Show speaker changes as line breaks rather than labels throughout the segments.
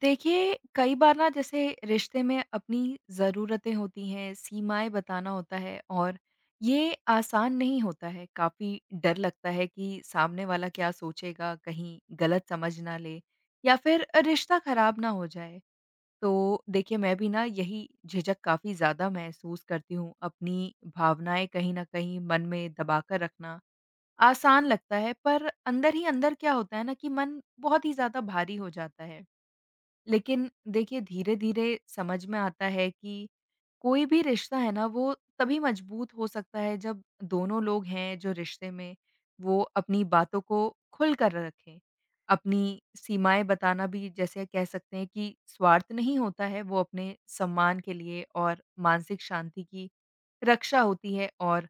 देखिए, कई बार ना जैसे रिश्ते में अपनी ज़रूरतें होती हैं, सीमाएँ बताना होता है और ये आसान नहीं होता है। काफ़ी डर लगता है कि सामने वाला क्या सोचेगा, कहीं गलत समझ ना ले या फिर रिश्ता ख़राब ना हो जाए। तो देखिए, मैं भी ना यही झिझक काफ़ी ज़्यादा महसूस करती हूँ। अपनी भावनाएँ कहीं न कहीं मन में दबा कर रखना आसान लगता है, पर अंदर ही अंदर क्या होता है ना कि मन बहुत ही ज़्यादा भारी हो जाता है। लेकिन देखिए, धीरे-धीरे समझ में आता है कि कोई भी रिश्ता है ना, वो तभी मजबूत हो सकता है जब दोनों लोग हैं जो रिश्ते में, वो अपनी बातों को खुल कर रखें। अपनी सीमाएँ बताना भी, जैसे कह सकते हैं कि स्वार्थ नहीं होता है, वो अपने सम्मान के लिए और मानसिक शांति की रक्षा होती है। और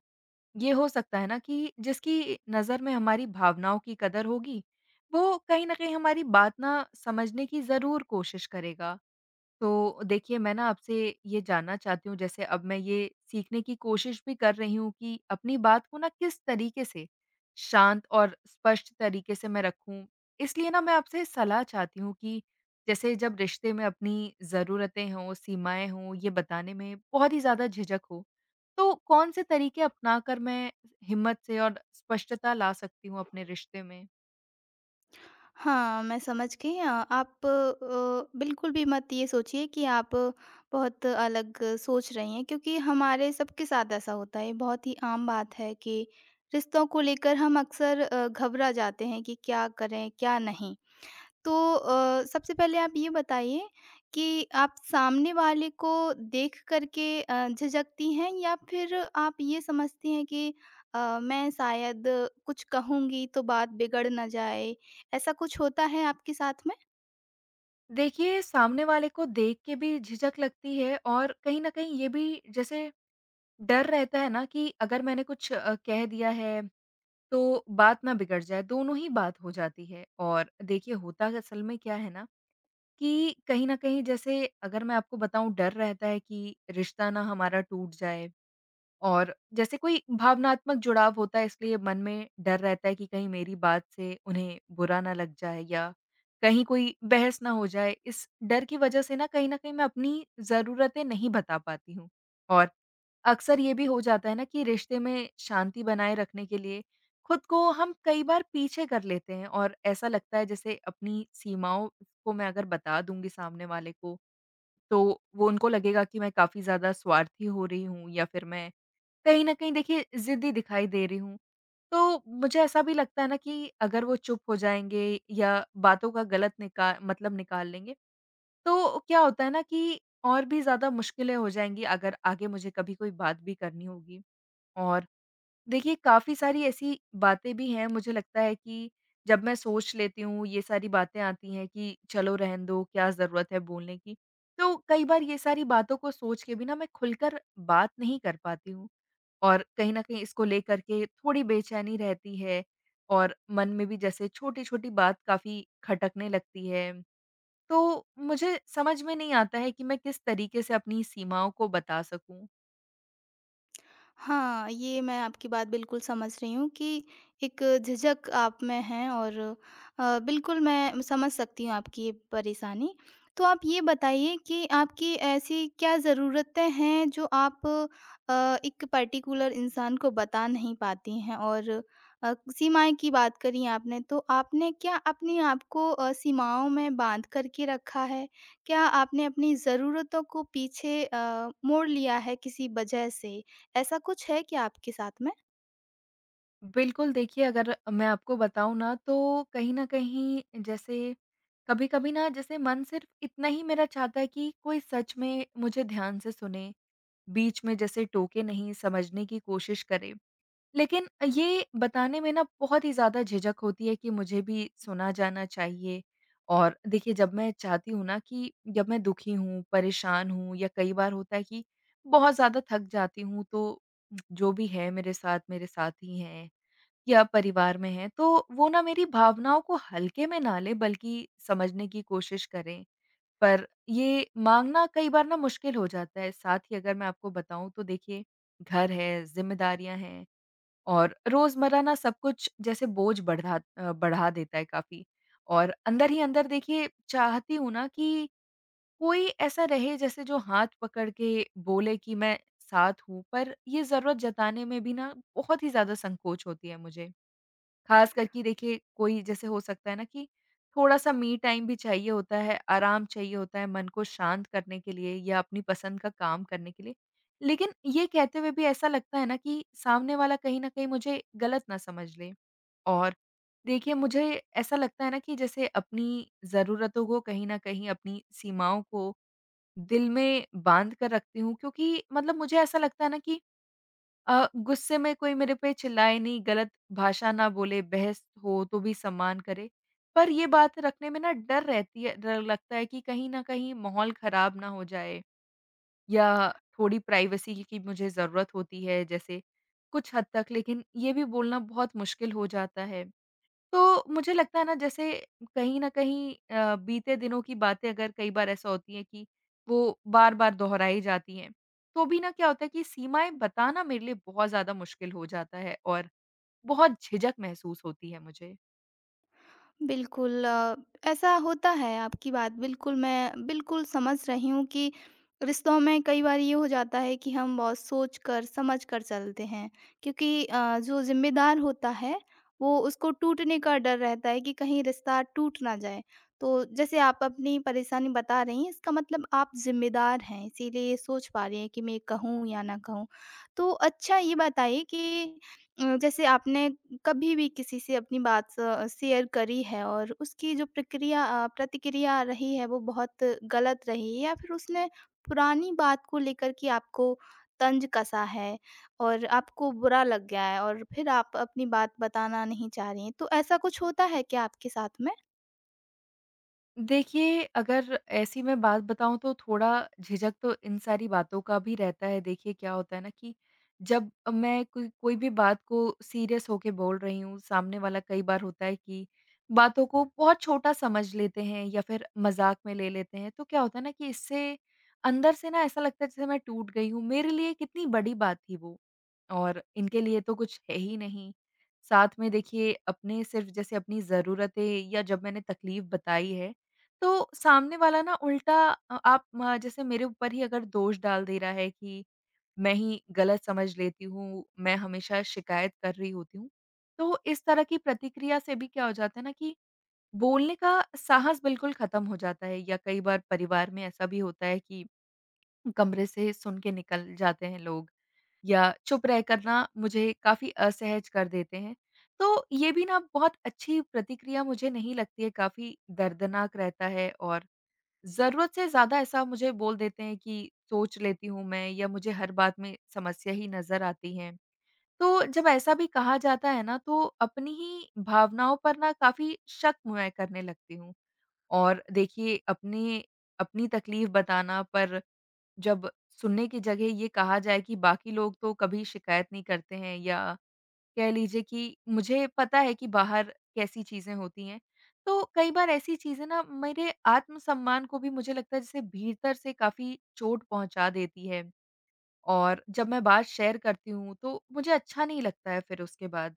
ये हो सकता है ना कि जिसकी नज़र में हमारी भावनाओं की कदर होगी, वो कहीं न कहीं हमारी बात ना समझने की ज़रूर कोशिश करेगा। तो देखिए, मैं ना आपसे ये जानना चाहती हूँ, जैसे अब मैं ये सीखने की कोशिश भी कर रही हूँ कि अपनी बात को ना किस तरीके से, शांत और स्पष्ट तरीके से मैं रखूँ। इसलिए ना मैं आपसे सलाह चाहती हूँ कि जैसे जब रिश्ते में अपनी ज़रूरतें हों, सीमाएँ हों, ये बताने में बहुत ही ज़्यादा झिझक हो, तो कौन से तरीके अपनाकर मैं हिम्मत से और स्पष्टता ला सकती हूँ अपने रिश्ते में?
हाँ, मैं समझ गई। आप बिल्कुल भी मत ये सोचिए कि आप बहुत अलग सोच रही हैं, क्योंकि हमारे सबके साथ ऐसा होता है। ये बहुत ही आम बात है कि रिश्तों को लेकर हम अक्सर घबरा जाते हैं कि क्या करें, क्या नहीं। तो सबसे पहले आप ये बताइए कि आप सामने वाले को देख करके झिझकती हैं, या फिर आप ये समझती हैं कि मैं शायद कुछ कहूँगी तो बात बिगड़ ना जाए, ऐसा कुछ होता है आपके साथ में?
देखिए, सामने वाले को देख के भी झिझक लगती है, और कहीं न कहीं ये भी जैसे डर रहता है ना कि अगर मैंने कुछ कह दिया है तो बात ना बिगड़ जाए, दोनों ही बात हो जाती है। और देखिए, होता असल में क्या है ना कि कहीं न कहीं, जैसे अगर मैं आपको बताऊँ, डर रहता है कि रिश्ता ना हमारा टूट जाए, और जैसे कोई भावनात्मक जुड़ाव होता है, इसलिए मन में डर रहता है कि कहीं मेरी बात से उन्हें बुरा ना लग जाए या कहीं कोई बहस ना हो जाए। इस डर की वज़ह से ना कहीं न कहीं मैं अपनी ज़रूरतें नहीं बता पाती हूँ। और अक्सर ये भी हो जाता है ना कि रिश्ते में शांति बनाए रखने के लिए खुद को हम कई बार पीछे कर लेते हैं, और ऐसा लगता है जैसे अपनी सीमाओं को मैं अगर बता दूंगी सामने वाले को, तो वो, उनको लगेगा कि मैं काफी ज्यादा स्वार्थी हो रही हूँ, या फिर मैं कहीं ना कहीं, देखिए, जिद्दी दिखाई दे रही हूँ। तो मुझे ऐसा भी लगता है ना कि अगर वो चुप हो जाएंगे, या बातों का गलत निकाल लेंगे, तो क्या होता है ना कि और भी ज्यादा मुश्किलें हो जाएंगी, अगर आगे मुझे कभी कोई बात भी करनी होगी। और देखिए, काफ़ी सारी ऐसी बातें भी हैं, मुझे लगता है कि जब मैं सोच लेती हूँ ये सारी बातें आती हैं कि चलो रहने दो, क्या ज़रूरत है बोलने की। तो कई बार ये सारी बातों को सोच के भी ना मैं खुलकर बात नहीं कर पाती हूँ, और कहीं न कहीं इसको लेकर के थोड़ी बेचैनी रहती है, और मन में भी जैसे छोटी-छोटी बात काफ़ी खटकने लगती है। तो मुझे समझ में नहीं आता है कि मैं किस तरीके से अपनी सीमाओं को बता सकूँ।
हाँ, ये मैं आपकी बात बिल्कुल समझ रही हूँ कि एक झिझक आप में है, और बिल्कुल मैं समझ सकती हूँ आपकी ये परेशानी। तो आप ये बताइए कि आपकी ऐसी क्या ज़रूरतें हैं जो आप एक पर्टिकुलर इंसान को बता नहीं पाती हैं, और सीमाएँ की बात करी आपने, तो आपने क्या अपने आप को सीमाओं में बाँध कर के रखा है? क्या आपने अपनी ज़रूरतों को पीछे मोड़ लिया है किसी वजह से? ऐसा कुछ है क्या आपके साथ में?
बिल्कुल, देखिए, अगर मैं आपको बताऊँ ना, तो कहीं न कहीं, जैसे कभी-कभी ना, जैसे मन सिर्फ़ इतना ही मेरा चाहता है कि कोई सच में मुझे ध्यान से सुने, बीच में जैसे टोके नहीं, समझने की कोशिश करे। लेकिन ये बताने में ना बहुत ही ज़्यादा झिझक होती है कि मुझे भी सुना जाना चाहिए। और देखिए, जब मैं चाहती हूँ ना कि जब मैं दुखी हूँ, परेशान हूँ, या कई बार होता है कि बहुत ज़्यादा थक जाती हूँ, तो जो भी है मेरे साथ ही है। या परिवार में हैं, तो वो ना मेरी भावनाओं को हल्के में ना लें, बल्कि समझने की कोशिश करें। पर ये माँगना कई बार ना मुश्किल हो जाता है। साथ ही, अगर मैं आपको बताऊँ, तो देखिए, घर है, ज़िम्मेदारियाँ हैं, और रोज़मर्रा ना सब कुछ जैसे बोझ बढ़ा देता है काफ़ी। और अंदर ही अंदर, देखिए, चाहती हूँ ना कि कोई ऐसा रहे, जैसे जो हाथ पकड़ के बोले कि मैं साथ हूँ, पर ये ज़रूरत जताने में भी ना बहुत ही ज़्यादा संकोच होती है मुझे। खास करके, देखिए, कोई जैसे, हो सकता है ना कि थोड़ा-सा मी टाइम भी चाहिए होता है, आराम चाहिए होता है मन को शांत करने के लिए, या अपनी पसंद का काम करने के लिए। लेकिन ये कहते हुए भी ऐसा लगता है ना कि सामने वाला कहीं न कहीं मुझे गलत ना समझ ले। और देखिए, मुझे ऐसा लगता है ना कि जैसे अपनी ज़रूरतों को कहीं न कहीं, अपनी सीमाओं को दिल में बाँध कर रखती हूँ, क्योंकि, मतलब, मुझे ऐसा लगता है ना कि गुस्से में कोई मेरे पे चिल्लाए नहीं, गलत भाषा ना बोले, बहस हो तो भी सम्मान करे। पर ये बात रखने में ना डर रहती है, डर लगता है कि कहीं न कहीं माहौल ख़राब ना हो जाए, या थोड़ी प्राइवेसी की मुझे ज़रूरत होती है, जैसे कुछ हद तक, लेकिन ये भी बोलना बहुत मुश्किल हो जाता है। तो मुझे लगता है ना, जैसे कहीं न कहीं बीते दिनों की बातें, अगर कई बार ऐसा होती है कि वो बार-बार दोहराई जाती हैं, तो भी ना क्या होता है कि सीमाएँ बताना मेरे लिए बहुत ज़्यादा मुश्किल हो जाता है, और बहुत झिझक महसूस होती है मुझे।
बिल्कुल। ऐसा होता है, आपकी बात बिल्कुल मैं बिल्कुल समझ रही हूँ कि रिश्तों में कई बार ये हो जाता है कि हम बहुत सोच कर समझ कर चलते हैं, क्योंकि जो ज़िम्मेदार होता है, वो उसको टूटने का डर रहता है कि कहीं रिश्ता टूट ना जाए। तो जैसे आप अपनी परेशानी बता रही हैं, इसका मतलब आप ज़िम्मेदार हैं, इसीलिए ये सोच पा रही हैं कि मैं कहूँ या ना कहूँ। तो अच्छा, ये बताइए कि जैसे आपने कभी भी किसी से अपनी बात स शेयर करी है, और उसकी जो प्रक्रिया प्रतिक्रिया रही है, वो बहुत गलत रही है, या फिर उसने पुरानी बात को लेकर के आपको तंज कसा है और आपको बुरा लग गया है, और फिर आप अपनी बात बताना नहीं चाह रही हैं। तो ऐसा कुछ होता है क्या आपके साथ में?
देखिए, अगर ऐसी मैं बात बताऊँ, तो थोड़ा झिझक तो इन सारी बातों का भी रहता है। देखिए, क्या होता है ना कि जब मैं कोई कोई भी बात को सीरियस होके बोल रही हूँ, सामने वाला, कई बार होता है कि बातों को बहुत छोटा समझ लेते हैं, या फिर मज़ाक में ले लेते हैं। तो क्या होता है ना कि इससे अंदर से ना ऐसा लगता है जैसे मैं टूट गई हूँ, मेरे लिए कितनी बड़ी बात थी वो, और इनके लिए तो कुछ है ही नहीं। साथ में, देखिए, अपने सिर्फ़, जैसे अपनी ज़रूरतें, या जब मैंने तकलीफ़ बताई है, तो सामने वाला ना उल्टा, अ, आप म जैसे मेरे ऊपर ही अगर दोष डाल दे रहा है कि मैं ही गलत समझ लेती हूँ, मैं हमेशा शिकायत कर रही होती हूँ। तो इस तरह की प्रतिक्रिया से भी क्या हो जाता है ना कि बोलने का साहस बिल्कुल खत्म हो जाता है। या कई बार परिवार में ऐसा भी होता है कि कमरे से सुन के निकल जाते हैं लोग, या चुप रह करना मुझे काफ़ी असहज कर देते हैं। तो ये भी ना बहुत अच्छी प्रतिक्रिया मुझे नहीं लगती है, काफ़ी दर्दनाक रहता है। और ज़रूरत से ज़्यादा ऐसा मुझे बोल देते हैं कि सोच लेती हूँ मैं, या मुझे हर बात में समस्या ही नज़र आती है। तो जब ऐसा भी कहा जाता है ना, तो अपनी ही भावनाओं पर ना काफ़ी शक मैं करने लगती हूँ। और देखिए, अपने अपनी तकलीफ़ बताना, पर जब सुनने की जगह ये कहा जाए कि बाकी लोग तो कभी शिकायत नहीं करते हैं, या कह लीजिए कि मुझे पता है कि बाहर कैसी चीज़ें होती हैं। तो कई बार ऐसी चीज़ें ना मेरे आत्मसम्मान को भी, मुझे लगता है जैसे भीतर से काफ़ी चोट पहुँचा देती है, और जब मैं बात शेयर करती हूँ तो मुझे अच्छा नहीं लगता है फिर उसके बाद।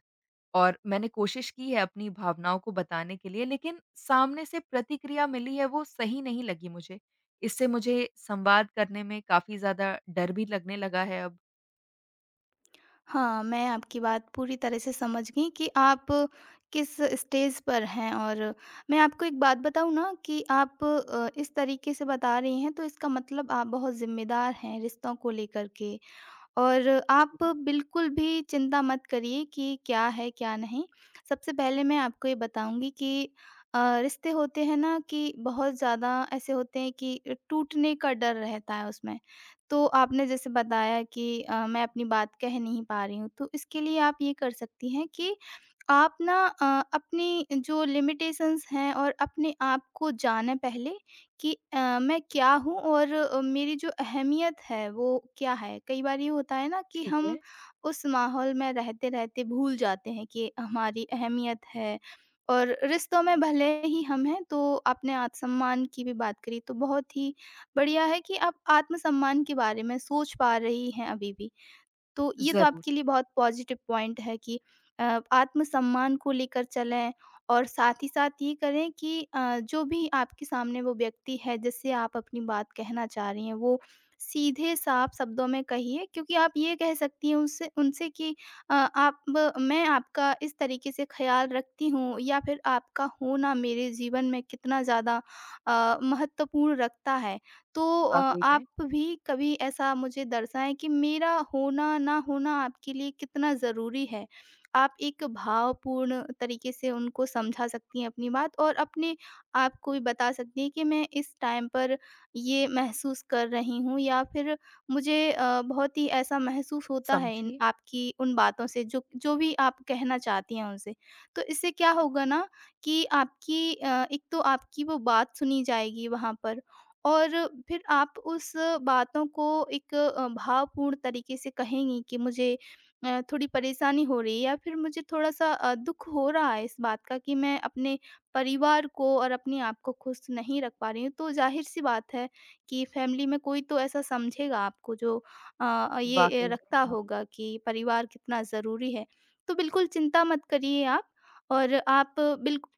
और मैंने कोशिश की है अपनी भावनाओं को बताने के लिए, लेकिन सामने से प्रतिक्रिया मिली है, वो सही नहीं लगी मुझे। इससे मुझे संवाद करने में काफ़ी ज़्यादा डर भी लगने लगा है अब।
हाँ, मैं आपकी बात पूरी तरह से समझ गई कि आप किस स्टेज पर हैं। और मैं आपको एक बात बताऊँ ना, कि आप इस तरीके से बता रही हैं, तो इसका मतलब आप बहुत ज़िम्मेदार हैं रिश्तों को लेकर के, और आप
जी,
बिल्कुल भी चिंता मत करिए कि क्या है, क्या नहीं। सबसे पहले मैं आपको ये बताऊँगी कि रिश्ते होते हैं ना, कि बहुत ज़्यादा ऐसे होते हैं कि टूटने का डर रहता है उसमें। तो आपने जैसे बताया कि मैं अपनी बात कह नहीं पा रही हूँ, तो इसके लिए आप ये कर सकती हैं कि आप ना अ, अपनी जो लिमिटेशंस हैं और अपने आप को जानें पहले, कि मैं क्या हूँ, और मेरी जो अहमियत है, वो क्या है? कई बार ये होता है ना, कि
ठीक है।
हम उस माहौल में रहते-रहते भूल जाते हैं कि हमारी अहमियत है, और रिश्तों में भले ही हम हैं, तो आपने आत्मसम्मान की भी बात करी, तो बहुत ही बढ़िया है कि आप आत्मसम्मान के बारे में सोच पा रही हैं अभी भी। तो ये तो
ज़रूर,
आपके लिए बहुत पॉजिटिव पॉइंट है कि आत्मसम्मान को लेकर चलें, और साथ ही साथ ये करें कि जो भी आपके सामने वो व्यक्ति है, जिससे आप अपनी बात कहना चाह रही हैं, वो सीधे साफ शब्दों में कहिए। क्योंकि आप ये कह सकती हैं उससे उनसे कि आप, मैं आपका इस तरीके से ख्याल रखती हूँ, या फिर आपका होना मेरे जीवन में कितना ज़्यादा महत्वपूर्ण रखता है, तो
वाक़ई
आप
में।
भी कभी ऐसा मुझे दर्शाएँ कि मेरा होना ना होना आपके लिए कितना ज़रूरी है। आप एक भावपूर्ण तरीके से उनको समझा सकती हैं अपनी बात, और अपने आप को भी बता सकती हैं कि मैं इस टाइम पर ये महसूस कर रही हूँ, या फिर मुझे बहुत ही ऐसा महसूस होता है इन
समझी।
आपकी उन बातों से, जो जो भी आप कहना चाहती हैं उनसे। तो इससे क्या होगा ना, कि आपकी एक तो आपकी वो बात सुनी जाएगी वहाँ पर, और फिर आप उस बातों को एक भावपूर्ण तरीके से कहेंगी कि मुझे थोड़ी परेशानी हो रही है, या फिर मुझे थोड़ा-सा दुःख हो रहा है इस बात का, कि मैं अपने परिवार को और अपने आप को खुश नहीं रख पा रही हूँ। तो ज़ाहिर-सी बात है कि फैमिली में कोई तो ऐसा समझेगा आपको, जो
वाक़ई
ये
में,
रखता
हाँ।
होगा कि परिवार कितना ज़रूरी है। तो बिल्कुल चिंता मत करिए आप, और आप बिल्कुल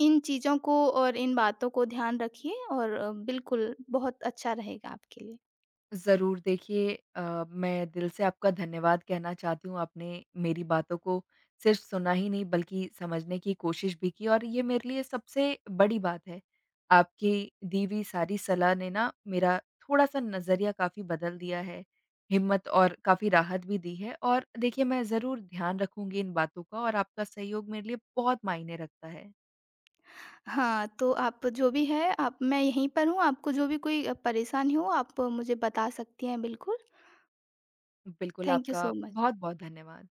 इन चीज़ों को और इन बातों को ध्यान रखिए, और बिल्कुल बहुत अच्छा रहेगा आपके लिए।
ज़रूर, देखिए, मैं दिल से आपका धन्यवाद कहना चाहती हूँ। आपने मेरी बातों को सिर्फ़ सुना ही नहीं, बल्कि समझने की कोशिश भी की, और ये मेरे लिए सबसे बड़ी बात है। आपकी दी हुई सारी सलाह ने ना मेरा थोड़ा-सा नज़रिया काफ़ी बदल दिया है, हिम्मत और काफ़ी राहत भी दी है, और देखिए, मैं ज़रूर ध्यान रखूँगी इन बातों का, और आपका सहयोग मेरे लिए बहुत मायने रखता है।
हाँ, तो आप जो भी है, आप मैं यहीं पर हूँ, आपको जो भी कोई परेशानी हो आप मुझे बता सकती हैं बिल्कुल।
बिल्कुल,
थैंक यू
आपका
सो मच।
बहुत-बहुत धन्यवाद।